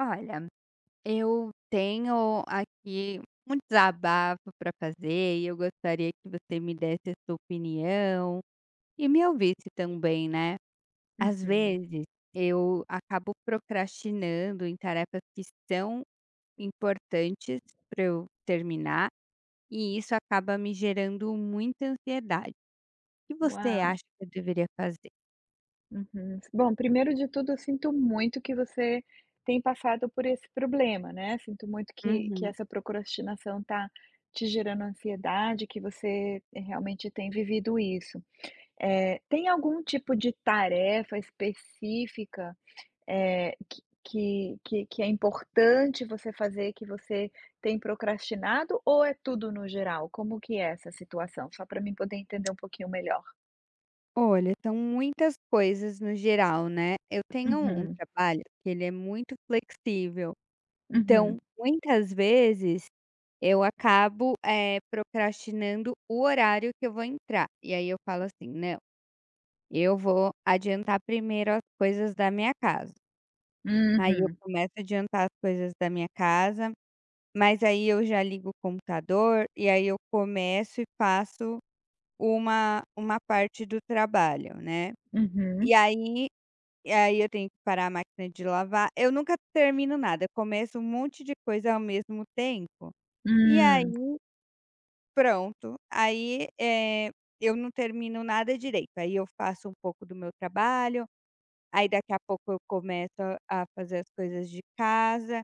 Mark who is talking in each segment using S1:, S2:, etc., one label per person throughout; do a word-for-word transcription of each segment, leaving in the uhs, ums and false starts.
S1: Olha, eu tenho aqui um desabafo para fazer e eu gostaria que você me desse a sua opinião e me ouvisse também, né? Às
S2: Uhum.
S1: vezes eu acabo procrastinando em tarefas que são importantes para eu terminar e isso acaba me gerando muita ansiedade. O que você
S2: Uau!
S1: acha que eu deveria fazer?
S2: Uhum. Bom, primeiro de tudo, eu sinto muito que você tem passado por esse problema, né. Sinto muito que que
S1: Uhum.
S2: essa procrastinação tá te gerando ansiedade, que você realmente tem vivido isso. É tem algum tipo de tarefa específica, é que que que que é importante você fazer, que você tem procrastinado ou é tudo no geral? Como que é essa situação? Só para mim poder entender um pouquinho melhor.
S1: Olha, são muitas coisas no geral, né. Eu tenho um
S2: Uhum,
S1: trabalho que ele é muito flexível, então
S2: uhum.
S1: muitas vezes eu acabo, eh, procrastinando o horário que eu vou entrar, e aí eu falo assim: "Não, eu vou adiantar primeiro as coisas da minha casa". Aí eu
S2: Uhum,
S1: começo a adiantar as coisas da minha casa, mas aí eu já ligo o computador, e aí eu começo e faço uma uma parte do trabalho, né.
S2: uhum,
S1: E aí E aí eu tenho que parar a máquina de lavar. Eu nunca termino nada, eu começo um monte de coisa ao mesmo tempo, e aí
S2: hum,
S1: pronto, aí, eh, eu não termino nada direito, aí eu faço um pouco do meu trabalho, aí daqui a pouco eu começo a a fazer as coisas de casa,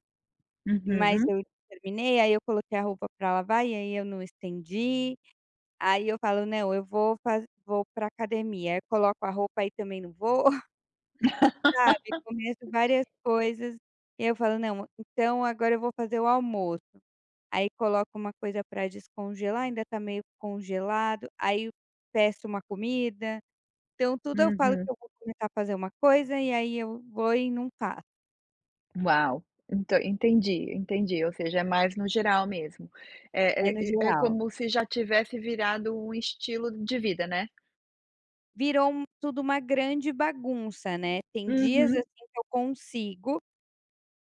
S1: mas
S2: uhum,
S1: eu terminei, aí eu coloquei a roupa para lavar e aí eu não estendi, aí eu falo: "Não, eu vou faz vou pra academia", aí eu coloco a roupa aí também não vou. Sabe, começo várias coisas, e eu falo: "Não, então agora eu vou fazer o almoço". Aí coloco uma coisa pra descongelar, ainda tá meio congelado, aí peço uma comida. Então tudo eu falo que
S2: uhum.
S1: eu vou começar a fazer uma coisa, e aí eu vou e não faço.
S2: Uau! Então, entendi, entendi, ou seja, é mais no geral mesmo. É
S1: É
S2: é
S1: no
S2: é é
S1: geral.
S2: como se já tivesse virado um estilo de vida, né?
S1: Virou um tudo uma grande bagunça, né. Tem dias,
S2: Uhum,
S1: assim, que eu consigo,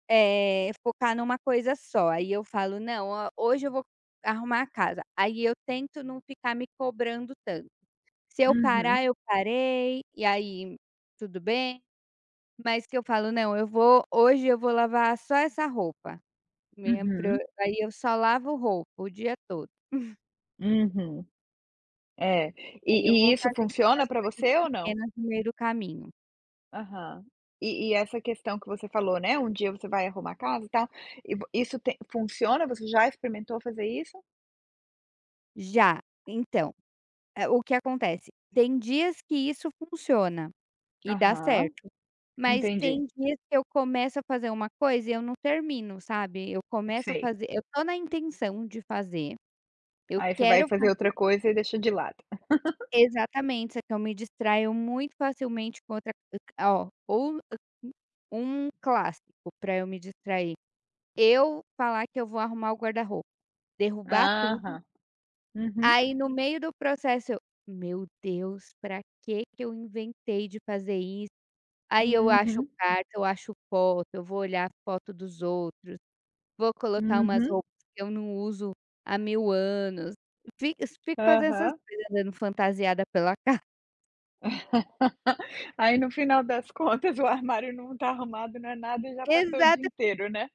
S1: eh, focar numa coisa só, aí eu falo: "Não, ho hoje eu vou arrumar a casa". Aí eu tento não ficar me cobrando tanto. Se eu
S2: uhum,
S1: parar, eu parei, e aí tudo bem, mas que eu falo: "Não, eu vou hoje eu vou lavar só essa roupa", minha prio
S2: uhum,
S1: aí eu só lavo roupa o dia todo,
S2: uhum. É.
S1: aí eu
S2: E e
S1: vou
S2: isso
S1: fazendo
S2: funciona
S1: outras
S2: para
S1: coisas
S2: você ou não?
S1: pequenas no meio do caminho.
S2: Aham. E e essa questão que você falou, né, um dia você vai arrumar a casa e tal, e vo isso tem funciona? Você já experimentou fazer isso?
S1: Já, então, eh, o que acontece, tem dias que isso funciona e dá
S2: Aham,
S1: certo, mas
S2: entendi,
S1: tem dias que eu começo a fazer uma coisa e eu não termino, sabe. Eu começo a
S2: sei.
S1: fazer eu tô na intenção de fazer, eu
S2: Aí você vai
S1: quero
S2: fazer
S1: fazer.
S2: outra coisa e deixa de lado.
S1: Exatamente, só que eu me distraio muito facilmente com outra. Ó, ou um clássico pra eu me distrair, eu falar que eu vou arrumar o guarda-roupa, derrubar tudo,
S2: Aham. Uhum,
S1: aí no meio do processo eu: "Meu Deus, pra que que eu inventei de fazer isso?". Aí eu acho
S2: uhum,
S1: carta, eu acho foto, eu vou olhar foto dos outros, vou colocar umas
S2: uhum,
S1: roupas que eu não uso há mil anos, fico fico fazendo essas
S2: aham.
S1: coisas, andando fantasiada pela casa.
S2: Aí no final das contas o armário não tá arrumado, não é nada e já passou o dia
S1: Exata
S2: inteiro, né.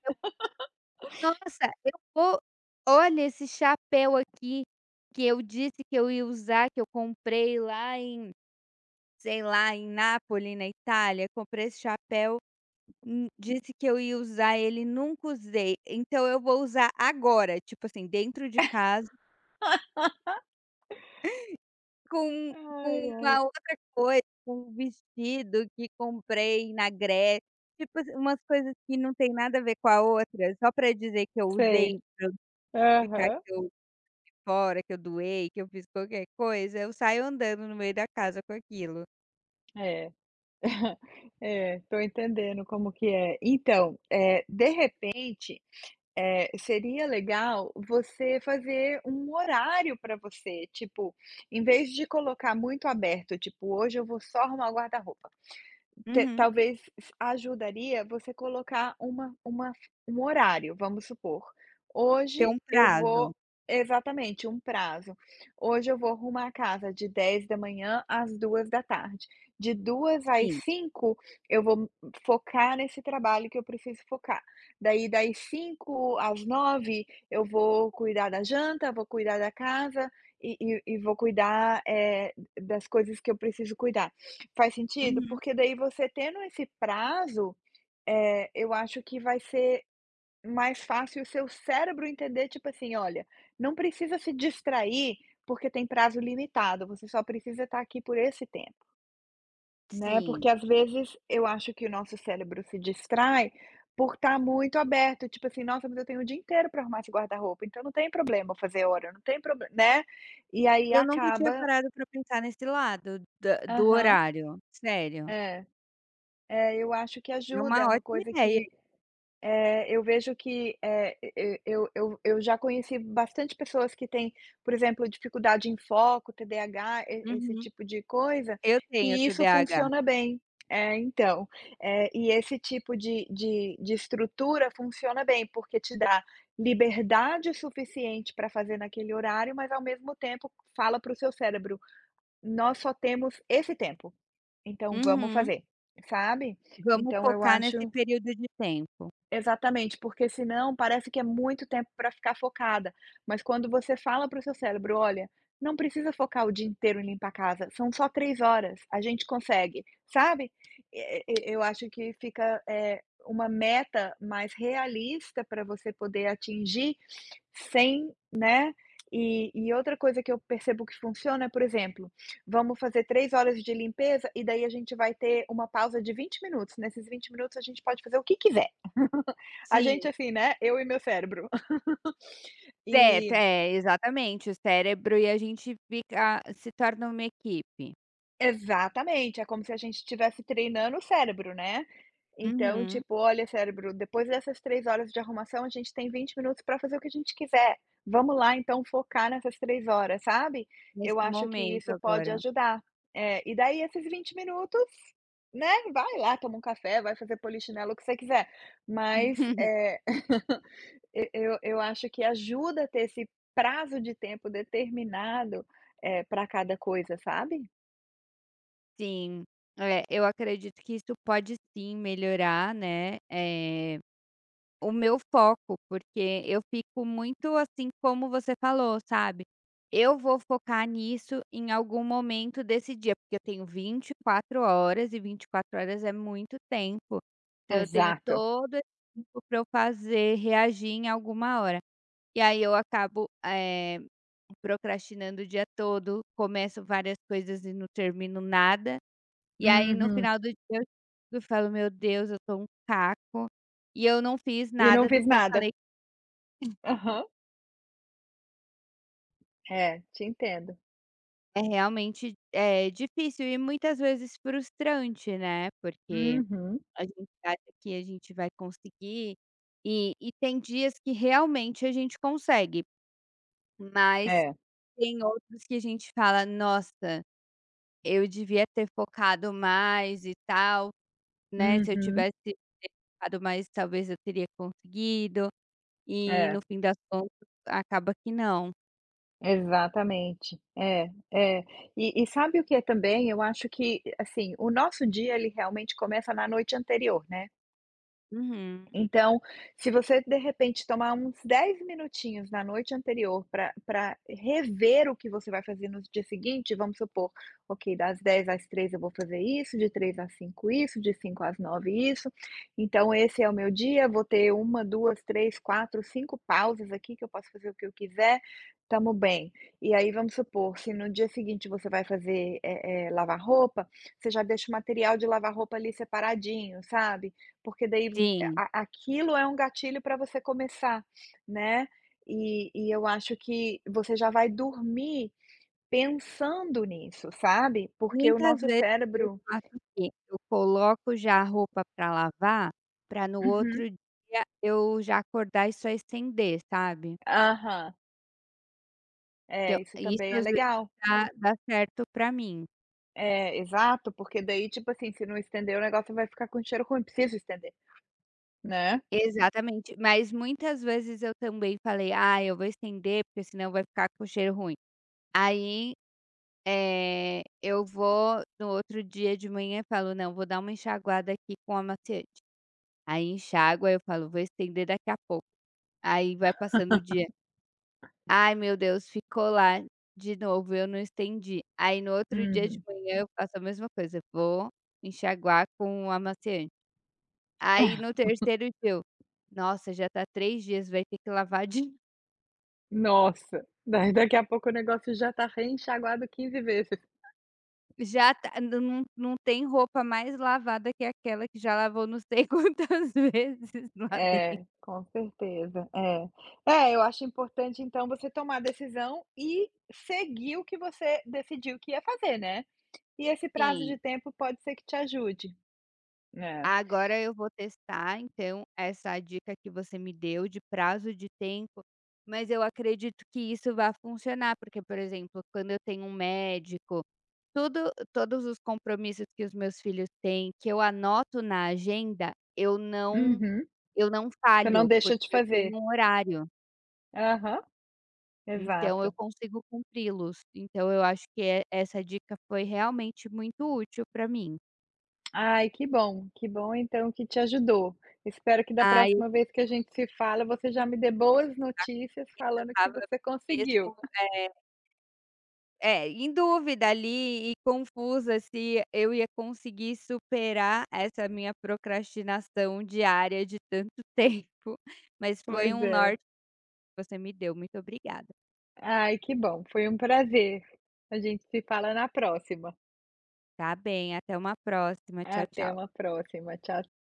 S1: Nossa, eu vou olha esse chapéu aqui, que eu disse que eu ia usar, que eu comprei lá em, sei lá, em Nápoli, na Itália, comprei esse chapéu, hum, disse que eu ia usar ele, nunca usei, então eu vou usar agora, tipo assim, dentro de casa, com
S2: Ai,
S1: com
S2: ai.
S1: uma outra coisa, com um vestido que comprei na Grécia, tipo assim, umas coisas que não tem nada a ver com a outra, só para dizer que eu
S2: Sei.
S1: usei, para justificar
S2: Aham.
S1: que eu fora, que eu doei, que eu fiz qualquer coisa, eu saio andando no meio da casa com aquilo.
S2: É. É, tô entendendo como que é. Então, eh, de repente Eh, seria legal você fazer um horário para você, tipo, em vez de colocar muito aberto, tipo: "Hoje eu vou só arrumar o guarda-roupa". Te
S1: Uhum.
S2: talvez ajudaria você colocar uma uma um horário, vamos supor,
S1: Tem
S2: hoje
S1: um
S2: eu
S1: prazo?
S2: vou exatamente, um prazo. Hoje eu vou arrumar a casa de dez da manhã às duas da tarde. De duas às
S1: Sim.
S2: cinco eu vou focar nesse trabalho que eu preciso focar. Daí das cinco às nove eu vou cuidar da janta, vou cuidar da casa e e e vou cuidar, eh, das coisas que eu preciso cuidar. Faz sentido?
S1: Uhum.
S2: Porque daí você tendo esse prazo, eh, eu acho que vai ser mais fácil o seu cérebro entender, tipo assim: "Olha, não precisa se distrair, porque tem prazo limitado, você só precisa estar aqui por esse tempo", né,
S1: Sim.
S2: porque às vezes eu acho que o nosso cérebro se distrai por estar muito aberto, tipo assim: "Nossa, mas eu tenho o dia inteiro para arrumar esse guarda-roupa, então não tem problema eu fazer hora, não tem problema né, e aí
S1: Eu nunca tinha
S2: acaba
S1: parado pra pensar nesse lado da do
S2: Aham.
S1: horário, sério.
S2: É, é, eu acho que
S1: É
S2: ajuda,
S1: uma
S2: é uma
S1: ótima
S2: coisa
S1: ideia.
S2: que Eh, eu vejo que, eh, e eu eu eu já conheci bastante pessoas que têm, por exemplo, dificuldade em foco, T D A agá, e esse
S1: Uhum.
S2: tipo de coisa,
S1: Eu tenho
S2: que isso
S1: T D A agá.
S2: funciona bem. É, então, eh, e esse tipo de de de estrutura funciona bem, porque te dá liberdade suficiente para fazer naquele horário, mas ao mesmo tempo fala para o seu cérebro: "Nós só temos esse tempo, então vamos
S1: Uhum.
S2: fazer", sabe?
S1: Vamos
S2: Então eu
S1: focar nesse
S2: acho
S1: período de tempo.
S2: exatamente, porque senão parece que é muito tempo para ficar focada, mas quando você fala para o seu cérebro: "Olha, não precisa focar o dia inteiro em limpar a casa, são só três horas, a gente consegue", sabe. E e e- eu acho que fica, eh, uma meta mais realista para você poder atingir sem né. E e outra coisa que eu percebo que funciona é, por exemplo, vamos fazer três horas de limpeza e daí a gente vai ter uma pausa de vinte minutos, nesses vinte minutos a gente pode fazer o que quiser. A
S1: Sim,
S2: gente assim, né, eu e meu cérebro.
S1: certo,
S2: E
S1: é, exatamente, o cérebro e a gente fica se torna uma equipe.
S2: exatamente, é como se a gente estivesse treinando o cérebro, né. Então,
S1: Uhum.
S2: tipo: "Olha cérebro, depois dessas três horas de arrumação, a gente tem vinte minutos para fazer o que a gente quiser. Vamos lá então focar nessas três horas", sabe. Eu
S1: Nesse
S2: acho que
S1: momento
S2: isso pode
S1: agora.
S2: ajudar. É, e daí esses vinte minutos, né, vai lá, toma um café, vai fazer polichinelo, o que você quiser, mas, eh Eu eu acho que ajuda a ter esse prazo de tempo determinado, para cada coisa, sabe?
S1: Sim, é, eu acredito que isso pode sim melhorar, né, eh, o meu foco, porque eu fico muito assim como você falou, sabe. Eu vou focar nisso em algum momento desse dia, porque eu tenho vinte e quatro horas e vinte e quatro horas é muito tempo. Então eu tenho
S2: Exato.
S1: todo esse tempo para eu fazer, reagir em alguma hora. E aí eu acabo, eh, procrastinando o dia todo, começo várias coisas e não termino nada. E aí no
S2: Uhum.
S1: final do dia eu eu falo: "Meu Deus, eu tô um caco, e eu não fiz
S2: E
S1: nada
S2: não
S1: do
S2: fiz
S1: que eu
S2: nada.
S1: falei".
S2: Aham. É, te entendo.
S1: É realmente, eh, difícil e muitas vezes frustrante, né, porque
S2: Uhum.
S1: a gente acha que a gente vai conseguir, e e tem dias que realmente a gente consegue, mas
S2: É.
S1: tem outros que a gente fala: "Nossa, eu devia ter focado mais e tal, né, se eu
S2: Uhum.
S1: tivesse focado mais talvez eu teria conseguido". E
S2: É.
S1: no fim das contas acaba que não.
S2: Exatamente. É, é. E e sabe o que é também? Eu acho que, assim, o nosso dia ele realmente começa na noite anterior, né?
S1: Uhum.
S2: Então, se você de repente tomar uns dez minutinhos na noite anterior para para rever o que você vai fazer no dia seguinte, vamos supor, ok, das dez às três eu vou fazer isso, de três às cinco isso, de cinco às nove isso, então esse é o meu dia, vou ter uma duas três quatro cinco pausas aqui que eu posso fazer o que eu quiser, tamo bem. E aí vamos supor, se no dia seguinte você vai fazer, eh eh, lavar roupa, você já deixa o material de lavar roupa ali separadinho, sabe, porque daí
S1: Sim,
S2: a aquilo é um gatilho para você começar, né. E e eu acho que você já vai dormir pensando nisso, sabe. Porque o
S1: muitas
S2: nosso
S1: vezes eu
S2: cérebro
S1: faço o quê? Eu coloco já a roupa para lavar, para no
S2: uhum,
S1: outro dia eu já acordar e só estender, sabe.
S2: aham.
S1: Então,
S2: É, isso
S1: isso
S2: também é
S1: às vezes
S2: legal.
S1: dá dá certo para mim.
S2: É, exato, porque daí, tipo assim, se não estender o negócio vai ficar com cheiro ruim, preciso estender, né.
S1: Exatamente, mas muitas vezes eu também falei: "Ah, eu vou estender porque senão vai ficar com cheiro ruim". Aí, eh, eu vou no outro dia de manhã e falo: "Não, vou dar uma enxaguada aqui com amaciante". Aí enxágua, aí eu falo: "Vou estender daqui a pouco". Aí vai passando o dia. "Ai, meu Deus, ficou lá de novo, eu não estendi". Aí no outro dia de
S2: Uhum.
S1: manhã eu faço a mesma coisa, vou enxaguar com o amaciante. Aí no terceiro dia eu: "Nossa, já tá três dias, vai ter que lavar de novo".
S2: Nossa, daí daqui a pouco o negócio já tá reenxaguado quinze vezes.
S1: Já tá, não, não não tem roupa mais lavada que aquela que já lavou não sei quantas vezes lá dentro.
S2: É, com certeza, é. É, eu acho importante então você tomar a decisão e seguir o que você decidiu que ia fazer, né. E esse prazo de
S1: Sim.
S2: tempo pode ser que te ajude. É.
S1: Agora eu vou testar então essa dica que você me deu de prazo de tempo, mas eu acredito que isso vai funcionar, porque, por exemplo, quando eu tenho um médico, tudo todos os compromissos que os meus filhos têm, que eu anoto na agenda, eu não
S2: Uhum.
S1: eu não
S2: Você
S1: falho,
S2: não deixa
S1: porque
S2: de
S1: eu tenho
S2: fazer.
S1: um horário,
S2: Aham,
S1: então eu
S2: exato.
S1: consigo cumpri-los. Então eu acho que e essa dica foi realmente muito útil para mim.
S2: Ai, que bom, que bom então que te ajudou. Espero que da
S1: Ah, eu
S2: próxima vez que a gente se fala, você já me dê boas notícias falando que
S1: estava
S2: você
S1: mesmo,
S2: conseguiu.
S1: eh É, em dúvida ali e confusa se eu ia conseguir superar essa minha procrastinação diária de tanto tempo, mas foi
S2: Pois
S1: um
S2: é.
S1: norte que você me deu, muito obrigada.
S2: Ai, que bom, foi um prazer. A gente se fala na próxima.
S1: Tá bem, até uma próxima, tchau,
S2: Até
S1: tchau.
S2: uma próxima. Tchau,